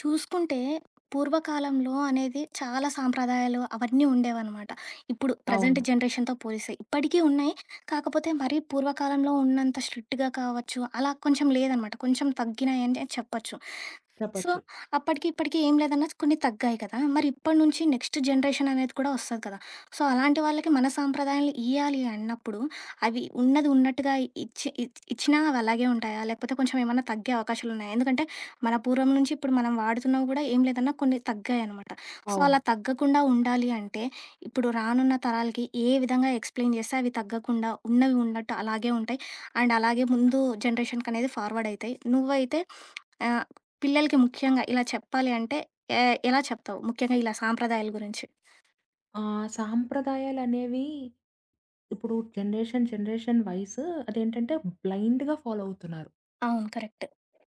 చూసుకుంటే పూర్వకాలంలో అనేది చాలా సాంప్రదాయాలు అవన్నీ ఉండేవన్నమాట. ఇప్పుడు ప్రజెంట్ అవును. జనరేషన్‌తో పోలిస్తే. ఇప్పటికీ ఉన్నాయి. కాకపోతే మరీ పూర్వకాలంలో ఉన్నంత స్ట్రిక్ట్‌గా కావచ్చు, అలా కొంచెం లేదనమాట. కొంచెం తగ్గినాయనే చెప్పొచ్చు. సో, చెప్పచ్చు. అప్పటికి ఇప్పటికి ఏం లేదన్నా కొన్ని తగ్గాయి కదా! మరి ఇప్పటి నుంచి నెక్స్ట్ జనరేషన్ అనేది కూడా వస్తది కదా! సో, అలాంటి వాళ్ళకి మన సాంప్రదాయాలు ఇయ్యాలి అన్నప్పుడు అవి ఉన్నది ఉన్నట్టుగా ఇచ్చి ఇచ్చినా అవి అలాగే ఉంటాయా? లేకపోతే కొంచెం ఏమన్నా తగ్గే అవకాశాలున్నాయా? ఎందుకంటే మన పూర్వం నుంచి ఇప్పుడు మనం వాడుతున్నవి గూడా ఏం లేదన్నా కొన్ని తగ్గాయనమాట. సో, అలా అవును. తగ్గకుండా ఉండాలి అంటే, ఇప్పుడు రానున్న తరాలకి ఏ విధంగా ఎక్స్‌ప్లెయిన్ చేస్తే అవి తగ్గకుండా ఉన్నవి ఉన్నట్టు అలాగే ఉంటాయి. అండ్ అలాగే ముందు జనరేషన్‌కనేది ఫార్వర్డ్ అయితాయి. నువ్వైతే ఆహ్, పిల్లలకి ముఖ్యంగా ఇలా చెప్పాలి అంటే ఎ ఎలా చెప్తావు? ముఖ్యంగా ఇలా సాంప్రదాయాల గురించి? సాంప్రదాయాలనేవి ఇప్పుడు జనరేషన్, జనరేషన్ వైస్ అదేంటంటే బ్లైండ్‌గా ఫాలో అవుతున్నారు. అవును. కరెక్ట్.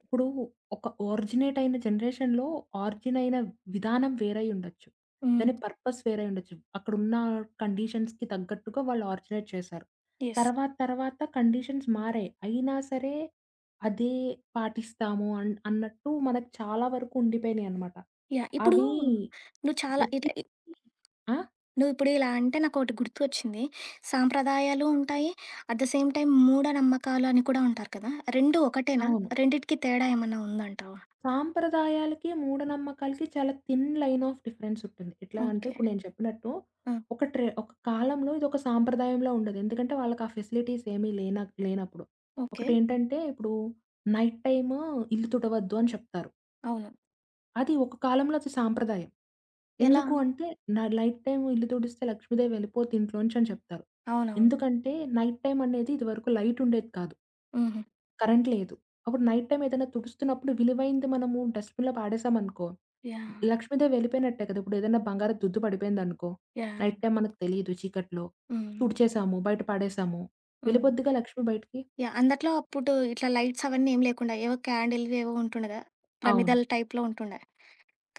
ఇప్పుడు ఒక ఆరిజినేట్ అయిన జనరేషన్‌లో ఆరిజిన్ అయిన విధానం వేరై ఉండొచ్చు. హ్మ్. దాని పర్పస్ వేరై ఉండొచ్చు. అక్కడున్న కండిషన్స్‌కి తగ్గట్టుగా వాళ్ళు ఆరిజినేట్ చేశారు. యెస్. తర్వాత తర్వాత కండిషన్స్ మారాయి. అయినా సరే అదే పాటిస్తాము అన్నట్టు మనకు చాలా వరకు ఉండిపోయినాయన్నమాట. యాహ్! ఇప్పుడు అవి నువ్వు చాలా ఇట్ ప్రతి ఆ! నువ్వు ఇప్పుడు ఇలా అంటే నాకోటి గుర్తు వచ్చింది. సాంప్రదాయాలు ఉంటాయి. అట్ ద సేమ్ టైమ్ మూఢనమ్మకాలు అని కూడా ఉంటారు కదా! 2 ఒకటేనా? అవును. రెండిటికి తేడా ఏమన్నా ఉందంటావా? సాంప్రదాయాలకి, మూఢనమ్మకాలకి చాలా థిన్ లైన్ ఆఫ్ డిఫరెన్స్ ఉంటుంది. ఎట్లా అంటే ఓకే. ఇప్పుడు నేను చెప్పినట్టు ఆ! ఒక కాలంలో ఇదొక సాంప్రదాయంలా ఉండేది. ఎందుకంటే వాళ్ళకి ఆ ఫెసిలిటీస్ ఏమీ లేనప్పుడు. ఓకే. ఒకటేంటంటే ఇప్పుడు నైట్ టైము ఇల్లు తుడవద్దు అని చెప్తారు. అవును. అది ఒక కాలంలో అది సాంప్రదాయం. ఎలా? ఎందుకు అంటే నా నైట్ టైమ్ ఇల్లు తుడిస్తే లక్ష్మీదేవి వెళ్ళిపోద్ది ఇంట్లోంచి అని చెప్తారు. అవునవును. ఎందుకంటే నైట్ టైమ్ అనేది ఇదివరకు లైట్ ఉండేది కాదు. హుహు. కరెంట్ లేదు. అప్పుడు నైట్ టైమ్ ఏదైనా తుడుస్తున్నప్పుడు విలువైంది మనము డస్ట్‌బిన్‌లో పడేసామనుకో, యాహ్! లక్ష్మీదేవి వెళ్ళిపోయినట్టే కదా! ఇప్పుడేదైనా బంగారపు దుద్దు పడిపోయిందనుకో, యాహ్! నైట్ టైమ్ మనకు తెలీదు చీకట్లో. హ్మ్. తుడిచేసాము, బయట పడేసాము. హ్మ్. వెళ్ళిపోద్దిగా లక్ష్మి బయటికి? యాహ్! అందట్లో అప్పుడు ఇట్లా లైట్స్ అవన్నీ ఏం లేకుండా ఏవో క్యాండిల్‌వి ఏవో ఉంటుండే కదా! అవును. ప్రమిదల టైప్‌లో ఉంటుండే.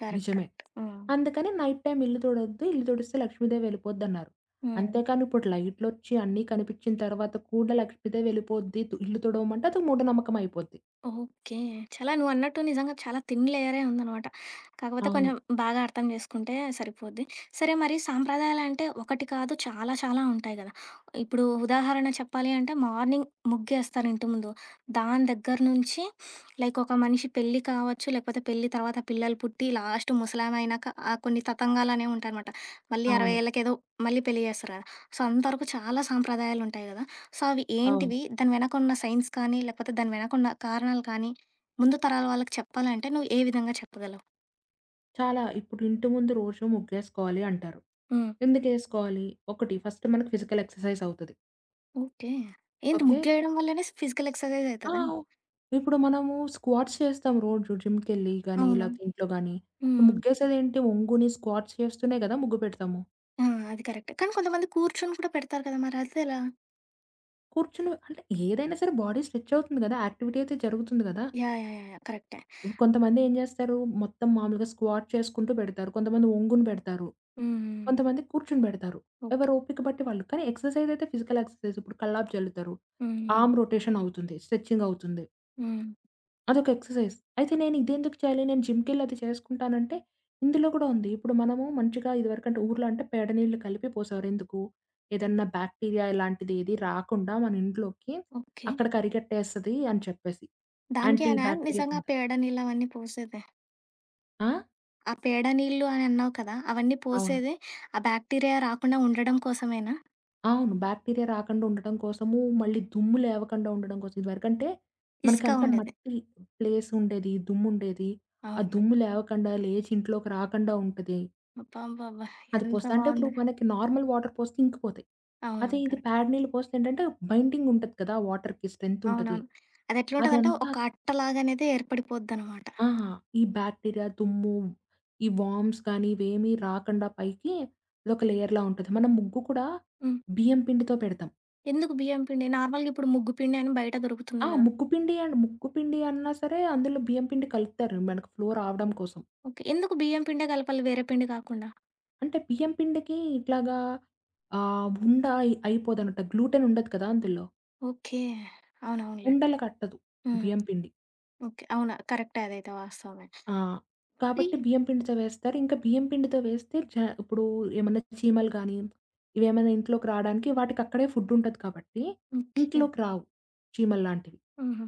కరెక్ట్. నిజమే. కరెక్ట్. హ్మ్. అందుకని నైట్ టైమ్ ఇల్లు తుడవద్దు. ఇల్లు తుడిస్తే లక్ష్మీదేవి వెళ్ళిపోద్దన్నారు. హ్మ్. అంతేకాని ఇప్పుడు లైట్‌లొచ్చి అన్నీ కనిపించిన తర్వాత కూడా లక్ష్మీదేవి వెళ్ళిపోద్ది. ఇల్లు తుడవమంటే అదొక మూఢనమ్మకం అయిపోద్ది. ఓకే. చాలా నువ్వన్నట్టు నిజంగా చాలా థిన్ లేయరే ఉందనమాట. కాకపోతే అవును. కొంచెం బాగా అర్థం చేసుకుంటే సరిపోద్ది. సరే మరి సాంప్రదాయాలంటే ఒకటి కాదు చాలా చాలా ఉంటాయి గదా! ఇప్పుడు ఉదాహరణ చెప్పాలి అంటే మార్నింగ్ ముగ్గేస్తారు ఇంటి ముందు. దాని దగ్గర నుంచి లైక్ ఒక మనిషి పెళ్లి కావచ్చు, లేకపోతే పెళ్లి తర్వాత పిల్లలు పుట్టి లాస్ట్ ముసలామె అయినాక కొన్ని తతంగాలనేవి ఉంటాయనమాట. మళ్ళీ 60 అవును. ఏళ్ళకేదో మళ్ళీ పెళ్లి చేస్తారు గదా! సో, అంతవరకు చాలా సాంప్రదాయాలుంటాయి గదా! సో, అవి అవును. ఏంటివి? దాని వెనకున్న సైన్స్ కానీ, లేకపోతే దాని వెనకున్న కారణాలు కానీ, ముందు తరాల వాళ్ళకి చెప్పాలంటే నువ్వు ఏ విధంగా చెప్పగలవు? చాలా. ఇప్పుడు ఇంటి ముందు రోజు ముగ్గేసుకోవాలి అంటారు. హ్మ్. ఎందుకేసుకోవాలి? ఒకటి ఫస్ట్ మనకు ఫిజికల్ ఎక్సర్‌సైజ్ అవుతది. ఓకే. ఏంటి ఓకే. ముగ్గేయడం వల్లనే ఫిజికల్ ఎక్సర్‌సైజ్ ఆ! అయితదా? ఓహ్! ఇప్పుడు మనము స్క్వాట్స్ చేస్తాం రోజు జిమ్‌కెళ్ళి గాని, అవును. లేకపోతే ఇంట్లో గాని. హ్మ్. హ్మ్. ముగ్గేసేదేంటి? ఒంగుని స్క్వాట్స్ చేస్తూనే కదా ముగ్గు పెడతాము. ఆ! అది కరెక్టే. కానీ కొంతమంది కూర్చొని కూడా పెడతారు కదా! మరి అదెలా? కూర్చుని అంటే ఏదైనా సరే బాడీ స్ట్రెచ్ అవుతుంది కదా! యాక్టివిటీ అయితే జరుగుతుంది కదా! యాహ్! యాహ్! యాహ్! యాహ్! కరెక్టే. కొంతమంది ఏం జేస్తారు, మొత్తం మామూలుగా స్క్వాట్ చేసుకుంటూ బెడతారు. కొంతమంది ఒంగుని బెడతారు. హ్మ్. హ్మ్. కొంతమంది కూర్చుని బెడతారు. ఎవరు ఓకే. ఓపిక బట్టి వాళ్ళు. కానీ ఎక్సర్‌సైజ్ అయితే ఫిజికల్ ఎక్సర్‌సైజ్. ఇప్పుడు కల్లాపు జల్లుతారు. హ్మ్. హ్మ్. ఆర్మ్ రొటేషన్ అవుతుంది. స్ట్రెచింగ్ అవుతుంది. హ్మ్. అదొక ఎక్సర్‌సైజ్. అయితే నేను ఇదెందుకు చేయాలి? నేను జిమ్‌కెళ్ళి అది చేసుకుంటానంటే, ఇందులో గూడా ఉంది. ఇప్పుడు మనము మంచిగా ఇదివరకంటే ఊర్లో అంటే పేడ నీళ్లు కలిపి పోసేవారు. ఎందుకు? ఏదన్నా బాక్టీరియా ఇలాంటిది ఏది రాకుండా మన ఇంట్లోకి ఓకే. అక్కడ కరిగట్టేస్తది అని చెప్పేసి. యాంటీ దానికేనా బాక్టీరియా నిజంగా కింద. ఆ పేడ నీళ్ళవన్నీ పోసేది? ఆ! ఆ పేడ నీళ్ళు అని అన్నావు కదా! అవన్నీ అవును. పోసేది ఆ బ్యాక్టీరియా రాకుండా ఉండడం కోసమేనా? అవును. బాక్టీరియా రాకుండా ఉండటం కోసము, మళ్ళీ దుమ్ము లేవకుండా ఉండడం కోసం ఇదివరకంటే ఇసుక మనకంతా ఉండేది. మట్టి ప్లేస్ ఉండేది. దుమ్ముండేది. ఆ అవును. దుమ్ము లేవకుండా, లేచి ఇంట్లోకి రాకుండా ఉంటది. అబ్బబ్బబ్బా! అది ఎంత పోస్తా అంటే ఇప్పుడు బావుంది. మనకి నార్మల్ వాటర్ పోస్తే ఇంకిపోతాయి. అదే అవునవును. ఇది కరెక్ట్. ప్యాడ్ నీళ్ళు పోస్తే ఏంటంటే బైండింగ్ ఉంటది కదా! వాటర్‌కి స్ట్రెంత్ ఉంటది. అవునవును. అదెట్లుంటదంటే అదంతా ఒక అట్టలాగనేది ఏర్పడిపోద్దనమాట. ఆ! ఈ బాక్టీరియా, దుమ్ము, ఈ వార్మ్స్ కానీ ఇవేమీ రాకుండా పైకి అదొక లేయర్‌లా ఉంటది. మనం ముగ్గు కూడా హ్మ్. బియ్యం పిండితో పెడతాం. ఎందుకు బియ్యం పిండి? నార్మల్‌గా ఇప్పుడు ముగ్గు పిండి అని బయట దొరుకుతుంది ఆ! గదా! ముక్కుపిండి అండ్ ముక్కుపిండి అన్నా సరే అందులో బియ్యం పిండి కలుపుతారు మనకు ఫ్లో రావడం కోసం. ఓకే. ఎందుకు బియ్యం పిండే కలపాలి వేరే పిండి కాకుండా? అంటే బియ్యం పిండికి ఇట్లాగా ఉండ అయిపోదనమాట. గ్లూటెన్ ఉండదు కదా అందులో. ఓకే. అవునవునులే. ఉండలు కట్టదు హ్మ్. బియ్యం పిండి. ఓకే. అవును. కరెక్టే అదైతే వాస్తవమే. ఆ! మరి కాబట్టి బియ్యం పిండితో వేస్తారు. ఇంకా బియ్యం పిండితో వేస్తే చ ఇప్పుడు ఏమన్నా చీమలు గానీ, ఇవేమైనా ఇంట్లోకి రావడానికి వాటికక్కడే ఫుడ్ ఉంటది కాబట్టి ఓకే. ఇంట్లోకి రావు చీమల్లాంటివి. హుహు.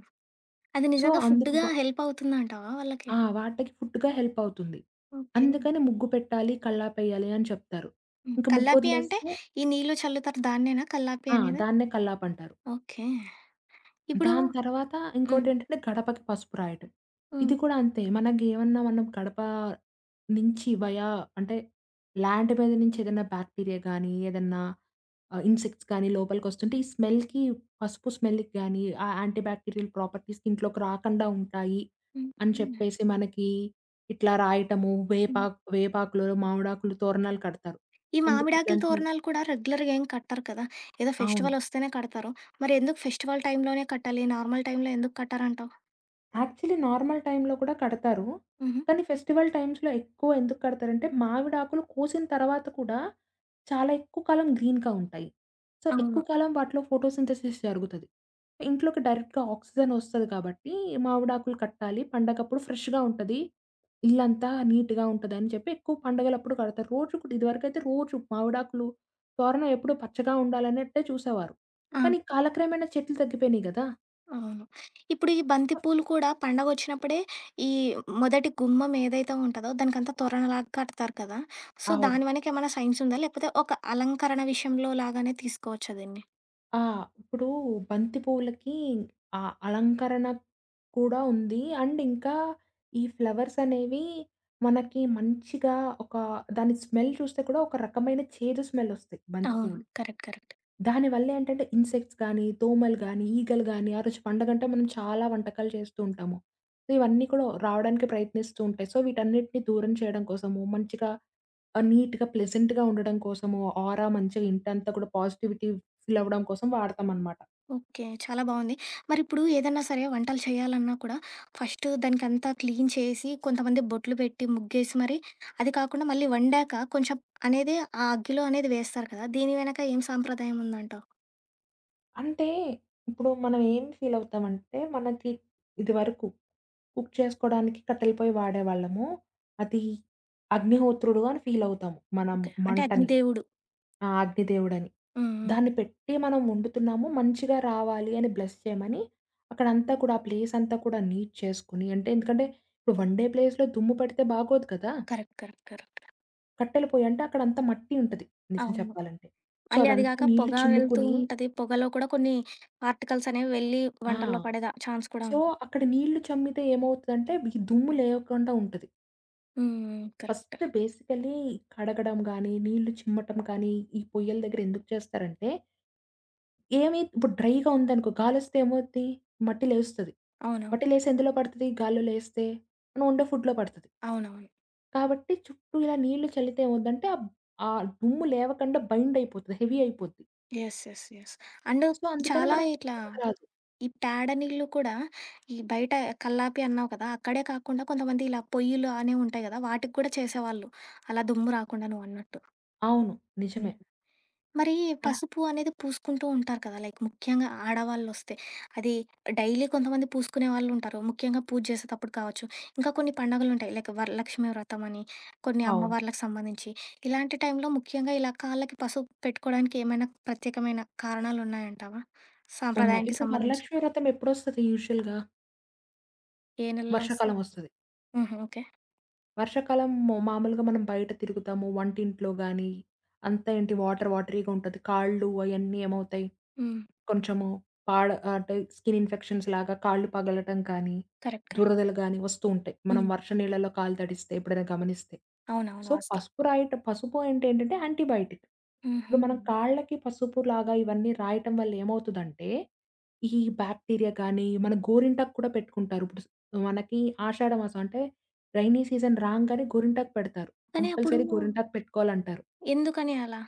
అది సో, నిజంగా అందుకు ఫుడ్‌గా హెల్ప్ అవుతుందంటావా వాళ్ళకి? ఆ! వాటికి ఫుడ్‌గా హెల్ప్ అవుతుంది. ఓకే. అందుకని ముగ్గు పెట్టాలి, కల్లాపెయ్యాలి అని చెప్తారు. హ్మ్. ఇంక కల్లాపి అంటే ముగ్గొదిలేస్తే ఈ నీళ్ళు చల్లుతారు దాన్నేనా కల్లాపి ఆ! అనేది? దాన్నే కల్లాపంటారు. ఓకే. ఇప్పుడు దాని తర్వాత హ్మ్. ఇంకోటేంటంటే గడపకి పసుపు రాయటం. హ్మ్. ఇది కూడా అంతే. మనకేమన్నా మనం గడప నుంచి వయా అంటే ల్యాండ్ మీద నుంచి ఏదైనా బ్యాక్టీరియా గానీ, ఏదన్నా ఇన్సెక్ట్స్ గానీ లోపలికొస్తుంటే ఈ స్మెల్‌కి పసుపు స్మెల్‌కి గానీ, ఆ యాంటీ బ్యాక్టీరియల్ ప్రాపర్టీస్‌కి ఇంట్లోకి రాకుండా ఉంటాయి అని ఓకే. చెప్పేసి మనకి ఇట్లా రాయటము, హ్మ్. వేపాకులో మామిడాకులు తోరణాలు కడతారు. ఈ ఎందుకు మామిడాకుల ఇట్లాంటి తోరణాలు కూడా రెగ్యులర్‌గా ఏం కట్టరు కదా! ఏదో అవును. ఫెస్టివల్ వస్తేనే కడతారు. మరి ఎందుకు ఫెస్టివల్ టైంలోనే కట్టాలి? నార్మల్ టైంలో ఎందుకు కట్టరంటావు? యాక్చువల్లీ నార్మల్ టైంలో కూడా కడతారు. హుహు. కానీ ఫెస్టివల్ టైమ్స్‌లో ఎక్కువ ఎందుకు కడతారంటే, మామిడాకులు కోసిన తర్వాత కూడా చాలా ఎక్కువ కాలం గ్రీన్‌గా ఉంటాయి. సో, ఎక్కువ అవును. కాలం వాటిలో ఫోటోసింథసిస్ జరుగుతది. ఇంట్లోకి డైరెక్ట్‌గా ఆక్సిజన్ ఒస్తది కాబట్టి, మామిడాకులు కట్టాలి పండగప్పుడు ఫ్రెష్‌గా ఉంటది. ఇల్లంతా నీట్‌గా ఉంటదని చెప్పి ఎక్కువ పండగలప్పుడు కడతారు. రోజు కూడా ఇదివరకైతే రోజు మామిడాకులు తోరణం ఎప్పుడు పచ్చగా ఉండాలన్నట్టే చూసేవారు. ఆ! కానీ కాలక్రమేణా చెట్లు తగ్గిపోయినాయి గదా! అవును. ఇప్పుడు ఈ బంతి పూలు కూడా పండగొచ్చినప్పుడే ఈ మొదటి గుమ్మం ఏదైతే ఉంటదో దానికంతా తోరణలాగా కడతారు కదా! సో, అవును. దాని వెనక ఏమైనా సైన్స్ ఉందా? లేకపోతే ఒక అలంకరణ విషయంలో లాగానే తీసుకోవచ్చా దీన్ని? ఆ! ఇప్పుడు బంతి పువ్వులకి ఆ అలంకరణ కూడా ఉంది. అండ్ ఇంకా ఈ ఫ్లవర్స్ అనేవి మనకి మంచిగా ఒక దాని స్మెల్ చూస్తే కూడా ఒక రకమైన చేదు స్మెల్ ఒస్తాయి బంతి అవును. పువ్వులు. కరెక్ట్. కరెక్ట్. దానివల్ల ఏంటంటే ఇన్సెక్ట్స్ గానీ, దోమలు గానీ, ఈగలు గానీ ఆ రోజు పండగంటే మనం చాలా వంటకాలు చేస్తూ ఉంటాము. సో, ఇవన్నీ కూడా రావడానికి ప్రయత్నిస్తూ ఉంటాయి. సో, వీటన్నిటిని దూరం చేయడం కోసము మంచిగా నీట్‌గా ప్లెజెంట్‌గా ఉండడం కోసము ఆరా మంచిగా ఇంటంతా కూడా పాజిటివిటీ ఫీలవ్వడం కోసం వాడతామనమాట. ఓకే. చాలా బావుంది. మరిప్పుడు ఏదన్నా సరే వంటలు చేయాలన్నా కూడా ఫస్ట్ దానికంతా క్లీన్ చేసి, కొంతమంది బొట్లు పెట్టి, ముగ్గేసి మరి అది కాకుండా మళ్ళీ వండాక కొంచెం అనేది ఆ అగ్గిలో అనేది వేస్తారు కదా! దీని వెనక ఏం సాంప్రదాయం ఉందంటావు? అంటే ఇప్పుడు మనం ఏం ఫీలవుతామంటే, మనకి ఇదివరకు కుక్ చేసుకోడానికి కట్టెల పొయ్యి వాడేవాళ్ళము. అది అగ్నిహోత్రుడు అని ఫీలవుతాము. మనం ఓకే. అంటే మంటని. అగ్నిదేవుడు. ఆ! అగ్నిదేవుడని. హ్మ్. హ్మ్. దాన్ని పెట్టి మనం వండుతున్నాము. మంచిగా రావాలి అని బ్లెస్ చేయమని అక్కడంతా కూడా ఆ ప్లేస్ అంతా కూడా నీట్ చేసుకొని అంటే ఎందుకంటే ఇప్పుడు వండే ప్లేస్‌లో దుమ్ము పడితే బాగోదు కదా! కరెక్ట్. కరెక్ట్. కరెక్ట్. కట్టెల పొయ్యంటే అక్కడంతా మట్టి ఉంటది నిజం అవును. చెప్పాలంటే. సో, మళ్ళీ అది అదంతా గాక నీళ్లు పొగ వెళ్తూ చిమ్ముకుని ఉంటది. పొగలో కూడా కొన్ని పార్టికల్స్ అనేవి వెళ్ళి ఆ! వంటల్లో పడే ద ఛాన్స్ కూడా సో, ఉంటుంది. అక్కడ నీళ్లు చమ్మితే ఏమవుతదంటే, ఈ దుమ్ము లేకుండా ఉంటది. హ్మ్. హ్మ్. కరెక్ట్. ఫస్ట్ బేసికల్లీ కడగడం గానీ, నీళ్లు చిమ్మటం కానీ, ఈ పొయ్యల దగ్గర ఎందుకు చేస్తారంటే, ఏమి ఇప్పుడు డ్రైగా ఉందనుకో, గాలొస్తే ఏమవుద్ది? మట్టి లేస్తది. అవునవును. మట్టి లేసి ఎందులో పడతది? గాల్లో లేస్తే, మనం వండే ఫుడ్‌లో పడతది. అవునవును. కాబట్టి చుట్టూ ఇలా నీళ్లు చల్లితే ఏమవుద్దంటే, ఆహ్, ఆ దుమ్ము లేవకండా బైండ్ అయిపోతది. హెవీ అయిపోద్ది. Yes. Yes. Yes. And so, అందుకని చాలా మనకు ఇట్లా రాదు. ఈ పేడ నీళ్ళు కూడా ఈ బయట కల్లాపి అన్నావు కదా! అక్కడే కాకుండా కొంతమంది ఇలా పొయ్యిలు అనేవి ఉంటాయి కదా! వాటికి కూడా చేసేవాళ్ళు. అలా దుమ్ము రాకుండా నువ్వన్నట్టు. అవును. నిజమే. హ్మ్. మరి అలా పసుపు అనేది పూసుకుంటూ ఉంటారు కదా! లైక్ ముఖ్యంగా ఆడవాళ్ళొస్తే. అది డైలీ కొంతమంది పూసుకునే వాళ్ళు ఉంటారు. ముఖ్యంగా పూజ చేసేటప్పుడు కావచ్చు. ఇంకా కొన్ని పండగలుంటాయి. లైక్ వరలక్ష్మి వ్రతం అని, కొన్ని అవును. అమ్మవార్లకు సంబంధించి. ఇలాంటి టైంలో ముఖ్యంగా ఇలా కాళ్ళకి పసుపు పెట్టుకోవడానికి ఏమైనా ప్రత్యేకమైన కారణాలున్నాయంటావా? ఉన్నాయి. సాంప్రదాయానికి ఇప్పుడు సంబంధించి. వరలక్ష్మి వ్రతం ఎప్పుడొస్తది యూజువల్‌గా? ఏ నెలలో వస్తాయి? వర్షాకాలమొస్తది. హుహు. ఓకే. మామూలుగా మనం బయట తిరుగుతాము. వంటింట్లో గానీ, అంతా ఏంటి వాటర్ వాటరీగా ఉంటది. కాళ్ళు అయన్నీ ఏమవుతాయి, హ్మ్. కొంచెము పాడ అంటే స్కిన్ ఇన్ఫెక్షన్స్ లాగా కాళ్ళు పగలటం కానీ, కరెక్ట్. కరెక్ట్. దురదలు గానీ వస్తూ ఉంటాయి. మనం హ్మ్. వర్ష నీళ్ళలో కాలు తడిస్తే ఎప్పుడైనా గమనిస్తే. సో, అవునవును. వాస్తవం. పసుపు రాయటం పసుపు అంటే ఏంటంటే యాంటీబయాటిక్. హుహు. ఇప్పుడు మనం కాళ్ళకి పసుపు లాగా ఇవన్నీ రాయటం వల్ల ఏమవుతదంటే, ఈ బాక్టీరియా కానీ, మన గోరింటాకు కూడా పెట్టుకుంటారు. ఇప్పుడు మనకి ఆషాఢమాసం అంటే రైనీ సీజన్ రాంగానే గోరింటాకు పెడతారు. కానీ అప్పుడు కంపల్సరీ గోరింటాకు పెట్టుకోవాలంటారు. ఎందుకని అలా?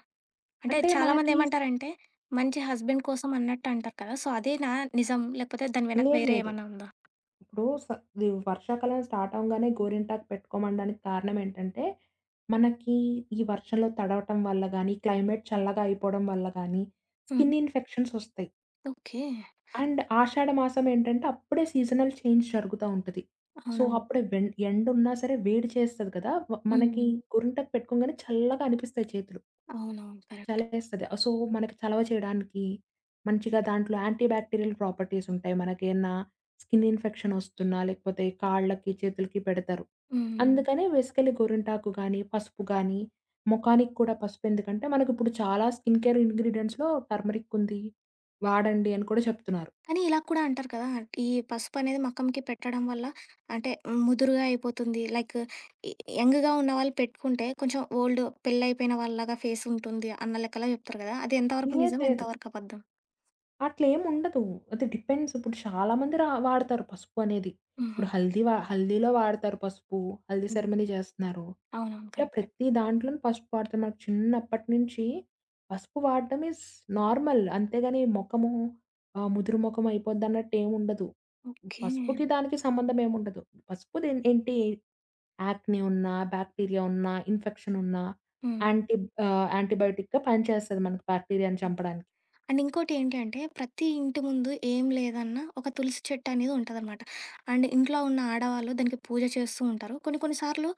అంటే అంటే మనకి చాలామందేమంటారంటే, మంచి హస్బెండ్ కోసం అన్నట్టు అంటారు కదా! సో, అదేనా నిజం? లేకపోతే దాని వెనక లేదు వేరే లేదు. ఏమన్నా ఉందా? ఇప్పుడు స ఇది వర్షాకాలం స్టార్ట్ అవ్వంగానే గోరింటాకు పెట్టుకోమనడానికి కారణం ఏంటంటే, మనకి ఈ వర్షంలో తడవటం వల్ల గానీ, క్లైమేట్ చల్లగా అయిపోవడం వల్ల గానీ, హుహు. స్కిన్ ఇన్ఫెక్షన్స్ ఒస్తాయి. ఓకే. అండ్ ఆషాఢ మాసం ఏంటంటే, అప్పుడే సీజనల్ చేంజ్ జరుగుతా ఉంటది. సో, అవునవును. అప్పుడే వెన్ ఎండున్నా సరే వేడి చేస్తది కదా! మనకి హ్మ్. గోరింటాకు పెట్టుకోంగానే చల్లగా అనిపిస్తాయి చేతులు. అవునవును. కరెక్ట్. చలేస్తది. సో, మనకి చలవ చేయడానికి మంచిగా దాంట్లో యాంటీ బ్యాక్టీరియల్ ప్రాపర్టీస్ ఉంటాయి. మనకేమన్నా స్కిన్ ఇన్ఫెక్షన్ ఒస్తున్నా, లేకపోతే కాళ్ళకి, చేతులకి పెడతారు. హ్మ్. అందుకనే బేసికల్లీ గోరింటాకు గానీ, పసుపు గానీ, మొఖానికి కూడా పసుపు ఎందుకంటే, మనకిప్పుడు చాలా స్కిన్ కేర్ ఇంగ్రీడియెంట్స్‌లో టర్మరిక్ ఉంది. వాడండి అని కూడా చెప్తున్నారు. కానీ ఇలా కూడా అంటారు కదా! ఈ పసుపు అనేది మకంకి పెట్టడం వల్ల అంటే ముదురుగా అయిపోతుంది. లైక్ య యంగ్‌గా ఉన్నవాళ్ళు పెట్టుకుంటే కొంచెం ఓల్డ్ పెళ్లయిపోయిన వాళ్ళలాగా ఫేస్ ఉంటుంది అన్న లెక్కలో చెప్తారు కదా! అది ఎంతవరకు లేదు. నిజం? లేదు. ఎంతవరకు అబద్ధం? అట్లేం ఉండదు. అది డిపెండ్స్. ఇప్పుడు చాలా మంది వాడతారు పసుపు అనేది. హుహు. ఇప్పుడు హల్దీలో వాడతారు పసుపు. హల్దీ హ్మ్. సెరమనీ చేస్తున్నారు. అవునవును. ఇట్లా కరెక్టే. ప్రతి దాంట్లోనూ పసుపు వాడతాం. మనకు చిన్నప్పటి నుంచి పసుపు వాడడం ఈజ్ నార్మల్. అంతేగాని మొఖము ముదురు మొఖం అయిపోద్దన్నట్టు ఏముండదు. ఓకే. పసుపుకి దానికి సంబంధం ఏముండదు. పసుపుది ఏంటి యాక్నే ఉన్నా, బాక్టీరియా ఉన్నా, ఇన్ఫెక్షన్ ఉన్నా హ్మ్. యాంటీ యాంటీబయోటిక్‌గా పనిచేస్తది మనకు బాక్టీరియాని చంపడానికి. అండ్ ఇంకోటి ఏంటి అంటే, ప్రతి ఇంటి ముందు ఏం లేదన్నా ఒక తులసి చెట్టు అనేది ఉంటదనమాట. అండ్ ఇంట్లో ఉన్న ఆడవాళ్ళు దానికి పూజ చేస్తూ ఉంటారు. కొన్ని కొన్ని సార్లు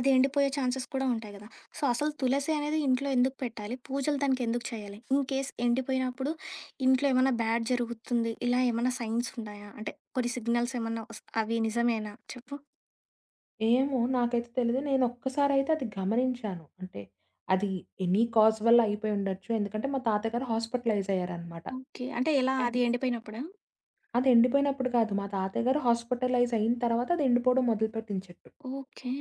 అది ఎండిపోయే ఛాన్సెస్ కూడా ఉంటాయి గదా! సో, అసలు తులసి అనేది ఇంట్లో ఎందుకు పెట్టాలి? పూజలు దానికి ఎందుకు చేయాలి? ఇన్ కేస్ ఎండిపోయినప్పుడు ఇంట్లో ఏమన్నా బ్యాడ్ జరుగుతుంది. ఇలా ఏమన్నా సైన్స్ ఉన్నాయా? అంటే కొన్ని సిగ్నల్స్ ఏమన్నా అవి నిజమేనా చెప్పు? ఏమో నాకైతే తెలీదు. నేను ఒక్కసారయితే అది గమనించాను. అంటే అది ఎనీ కాజ్ వల్ల అయిపోయి ఉండొచ్చు. ఎందుకంటే మా తాతయ్య గారు హాస్పిటలైజ్ అయ్యారనమాట. ఓకే. అంటే ఎలా అది ఎండిపోయినప్పుడా? అది ఎండిపోయినప్పుడు కాదు. మా తాతయ్య గారు హాస్పిటలైజ్ అయిన తర్వాత అది ఎండిపోవడం మొదలుపెట్టింది చెట్టు. ఓకే.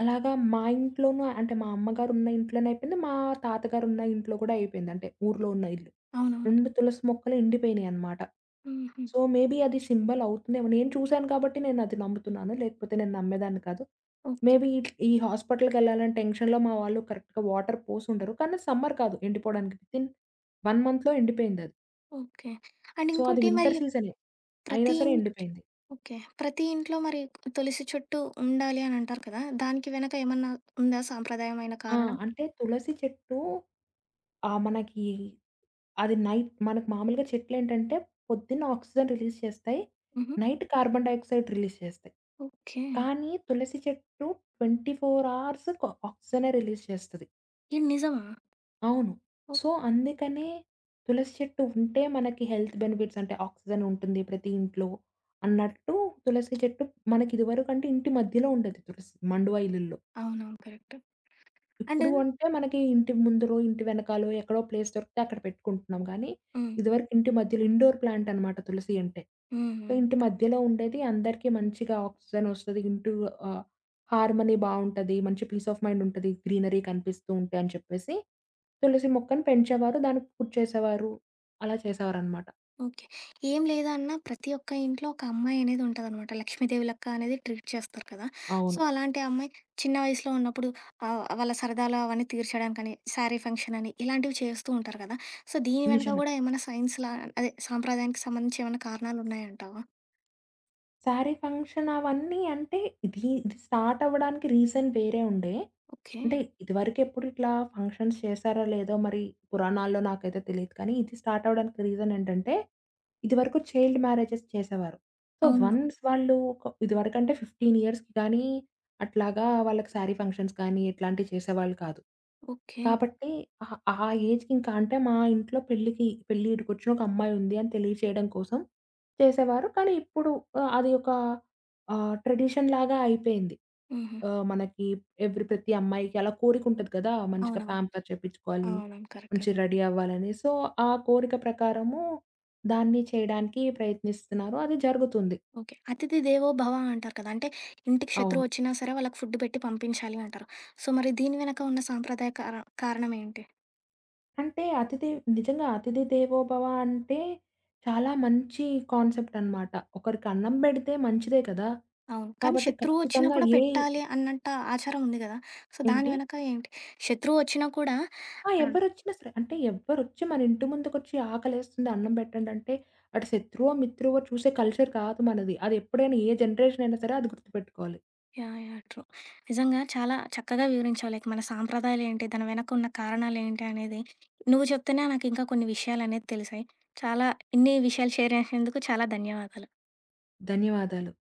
అలాగా మా ఇంట్లోనూ అంటే మా అమ్మగారున్న ఇంట్లోనే అయిపోయింది. మా తాతగారున్న ఇంట్లో కూడా అయిపోయింది. అంటే ఊర్లో ఉన్న ఇల్లు. అవునవును. 2 తులసి మొక్కలు ఎండిపోయినాయి అన్నమాట. హుహు. సో, మేబీ అది సింబల్ అవుతుందేమో. నేను చూసాను కాబట్టి నేను అది నమ్ముతున్నాను. లేకపోతే నేను నమ్మేదాన్ని కాదు. ఓకే. మేబీ ఇట్ ఈ హాస్పిటల్‌కెళ్ళాలని టెన్షన్‌లో మా వాళ్ళు కరెక్ట్‌గా వాటర్ పోసుండరు. కానీ సమ్మర్ కాదు ఎండిపోవడానికి. వితిన్ 1 మంత్‌లో ఎండిపోయిందది. ఓకే. అండ్ సో, అది ఇంకోటి మరి వింటర్ సీజనే. అయినా ప్రతి సరే ఎండిపోయింది. ఓకే. ప్రతి ఇంట్లో మరి తులసి చెట్టు ఉండాలి అని అంటారు కదా! దానికి వెనక ఏమన్నా ఉందా సాంప్రదాయమైన ఆ! కారణం? అంటే తులసి చెట్టు మనకి అది నైట్ మనకు మామూలుగా చెట్లేంటంటే పొద్దున్న ఆక్సిజన్ రిలీజ్ చేస్తాయి. హుహు. నైట్ కార్బన్ డయాక్సైడ్ రిలీజ్ చేస్తాయి. ఓకే. కానీ తులసి చెట్టు 24 అవర్స్ ఆక్సిజనే రిలీజ్ చేస్తది. ఇది నిజమా? అవును. ఓహ్! సో, అందుకనే తులసి చెట్టు ఉంటే మనకి హెల్త్ బెనిఫిట్స్ అంటే ఆక్సిజన్ ఉంటుంది ప్రతి ఇంట్లో అన్నట్టు తులసి చెట్టు మనకి ఇదివరకంటే ఇంటి మధ్యలో ఉండేది తులసి మండువా ఇల్లుల్లో. అవునవును. కరెక్ట్. అండ్ ఇప్పుడు హ్మ్. అంటే మనకి ఇంటి ముందులో, ఇంటి వెనకాలో ఎక్కడో ప్లేస్ దొరికితే అక్కడ పెట్టుకుంటున్నాం గానీ, హ్మ్. ఇదివరకు ఇంటి మధ్యలో ఇండోర్ ప్లాంట్ అనమాట తులసి అంటే. సో, హ్మ్. ఇంటి మధ్యలో ఉండేది అందరికీ మంచిగా ఆక్సిజన్ ఒస్తది. ఇంటూ ఆహ్, హార్మనీ బావుంటది. మంచి పీస్ ఆఫ్ మైండ్ ఉంటది. గ్రీనరీ కనిపిస్తూ ఉంటే అని చెప్పేసి, తులసి మొక్కను పెంచేవారు. దానికి కుచ్చేసేవారు. అలా చేసేవారనమాట. ఓకే. ఏం లేదన్నా ప్రతి ఒక్క ఇంట్లో ఒక అమ్మాయి అనేది ఉంటదనమాట. లక్ష్మీదేవి లెక్క అనేది ట్రీట్ చేస్తారు కదా! సో, అవును. అలాంటి అమ్మాయి చిన్న వయసులో ఉన్నప్పుడు వాళ్ళ సరదాలు అవన్నీ తీర్చడానికని శారీ ఫంక్షన్ అని ఇలాంటివి చేస్తూ ఉంటారు కదా! సో, దీని వెనక నిజమే. గూడా ఏమైనా సైన్స్ లా అదే సాంప్రదాయానికి సంబంధించి ఏమైనా కారణాలున్నాయంటావా? శారీ ఫంక్షన్ అవన్నీ అంటే ఇది ఇది స్టార్ట్ అవ్వడానికి రీజన్ వేరే ఉండే. ఓకే. అంటే ఇదివరకు ఎప్పుడు ఇట్లా ఫంక్షన్స్ చేశారో లేదో మరి పురాణాల్లో నాకైతే తెలీదు కానీ, ఇది స్టార్ట్ అవ్వడానికి రీజన్ ఏంటంటే, ఇదివరకు చైల్డ్ మ్యారేజెస్ చేసేవారు. సో, అవును. వన్స్ వాళ్ళు ఒక ఇదివరకంటే 15 ఇయర్స్‌కి గానీ, అట్లాగా వాళ్ళకి శారీ ఫంక్షన్స్ కానీ ఇట్లాంటివి చేసేవాళ్ళు కాదు. ఓకే. కాబట్టి ఆ ఏజ్‌కి ఇంకా అంటే మా ఇంట్లో పెళ్ళికి పెళ్ళిడికొచ్చిన ఒక అమ్మాయి ఉంది అని తెలియచేయడం కోసం చేసేవారు. కానీ ఇప్పుడు అది ఒక ట్రెడిషన్‌లాగా అయిపోయింది. హుహు. మనకి ప్రతి అమ్మాయికి అలా కోరికుంటది కదా! మంచిగా అవునవును. ప్యాంపర్ చేపించుకోవాలి. అవునవును. కరెక్ట్. మంచిగా కరెక్ట్. రెడీ అవ్వాలని. సో, ఆ కోరిక ప్రకారము దాన్ని చేయడానికి ప్రయత్నిస్తున్నారు. అది జరుగుతుంది. ఓకే. అతిథి దేవో భవ అంటారు కదా! అంటే ఇంటికి అవును. శత్రువు వచ్చినా సరే వాళ్ళకి ఫుడ్ పెట్టి పంపించాలి అంటారు. సో, మరి దీని వెనక ఉన్న సాంప్రదాయ కారణం ఏంటి? అంటే అతిథి నిజంగా అతిథి దేవోభవ అంటే చాలా మంచి కాన్సెప్ట్ అన్నమాట. ఒకరికి అన్నం పెడితే మంచిదే కదా! అవును. కానీ కాబట్టి శత్రువు వచ్చినా ఖచ్చితంగా కూడా ఏ పెట్టాలి అన్నంత ఆచారం ఉంది గదా! సో, దాని ఏంటి? వెనక ఏంటి? శత్రువు వచ్చినా కూడా ఆ! ఆ! ఎవ్వరొచ్చినా సరే. అంటే ఎవ్వరొచ్చి మన ఇంటి ముందుకొచ్చి ఆకలేస్తుంది అన్నం పెట్టండి అంటే, అటు శత్రువో, మిత్రువో చూసే కల్చర్ కాదు మనది. అది ఎప్పుడైనా ఏ జనరేషన్ అయినా సరే అది గుర్తుపెట్టుకోవాలి. యాహ్! యాహ్! ట్రూ. నిజంగా చాలా చక్కగా వివరించావు. లైక్ మన సాంప్రదాయాలేంటి, దాని వెనక ఉన్న కారణాలేంటి అనేది నువ్వు చెప్తేనే నాకు ఇంకా కొన్ని విషయాలనేవి తెలిసాయి. చాలా ఇన్ని విషయాలు షేర్ చేసినందుకు చాలా ధన్యవాదాలు. ధన్యవాదాలు.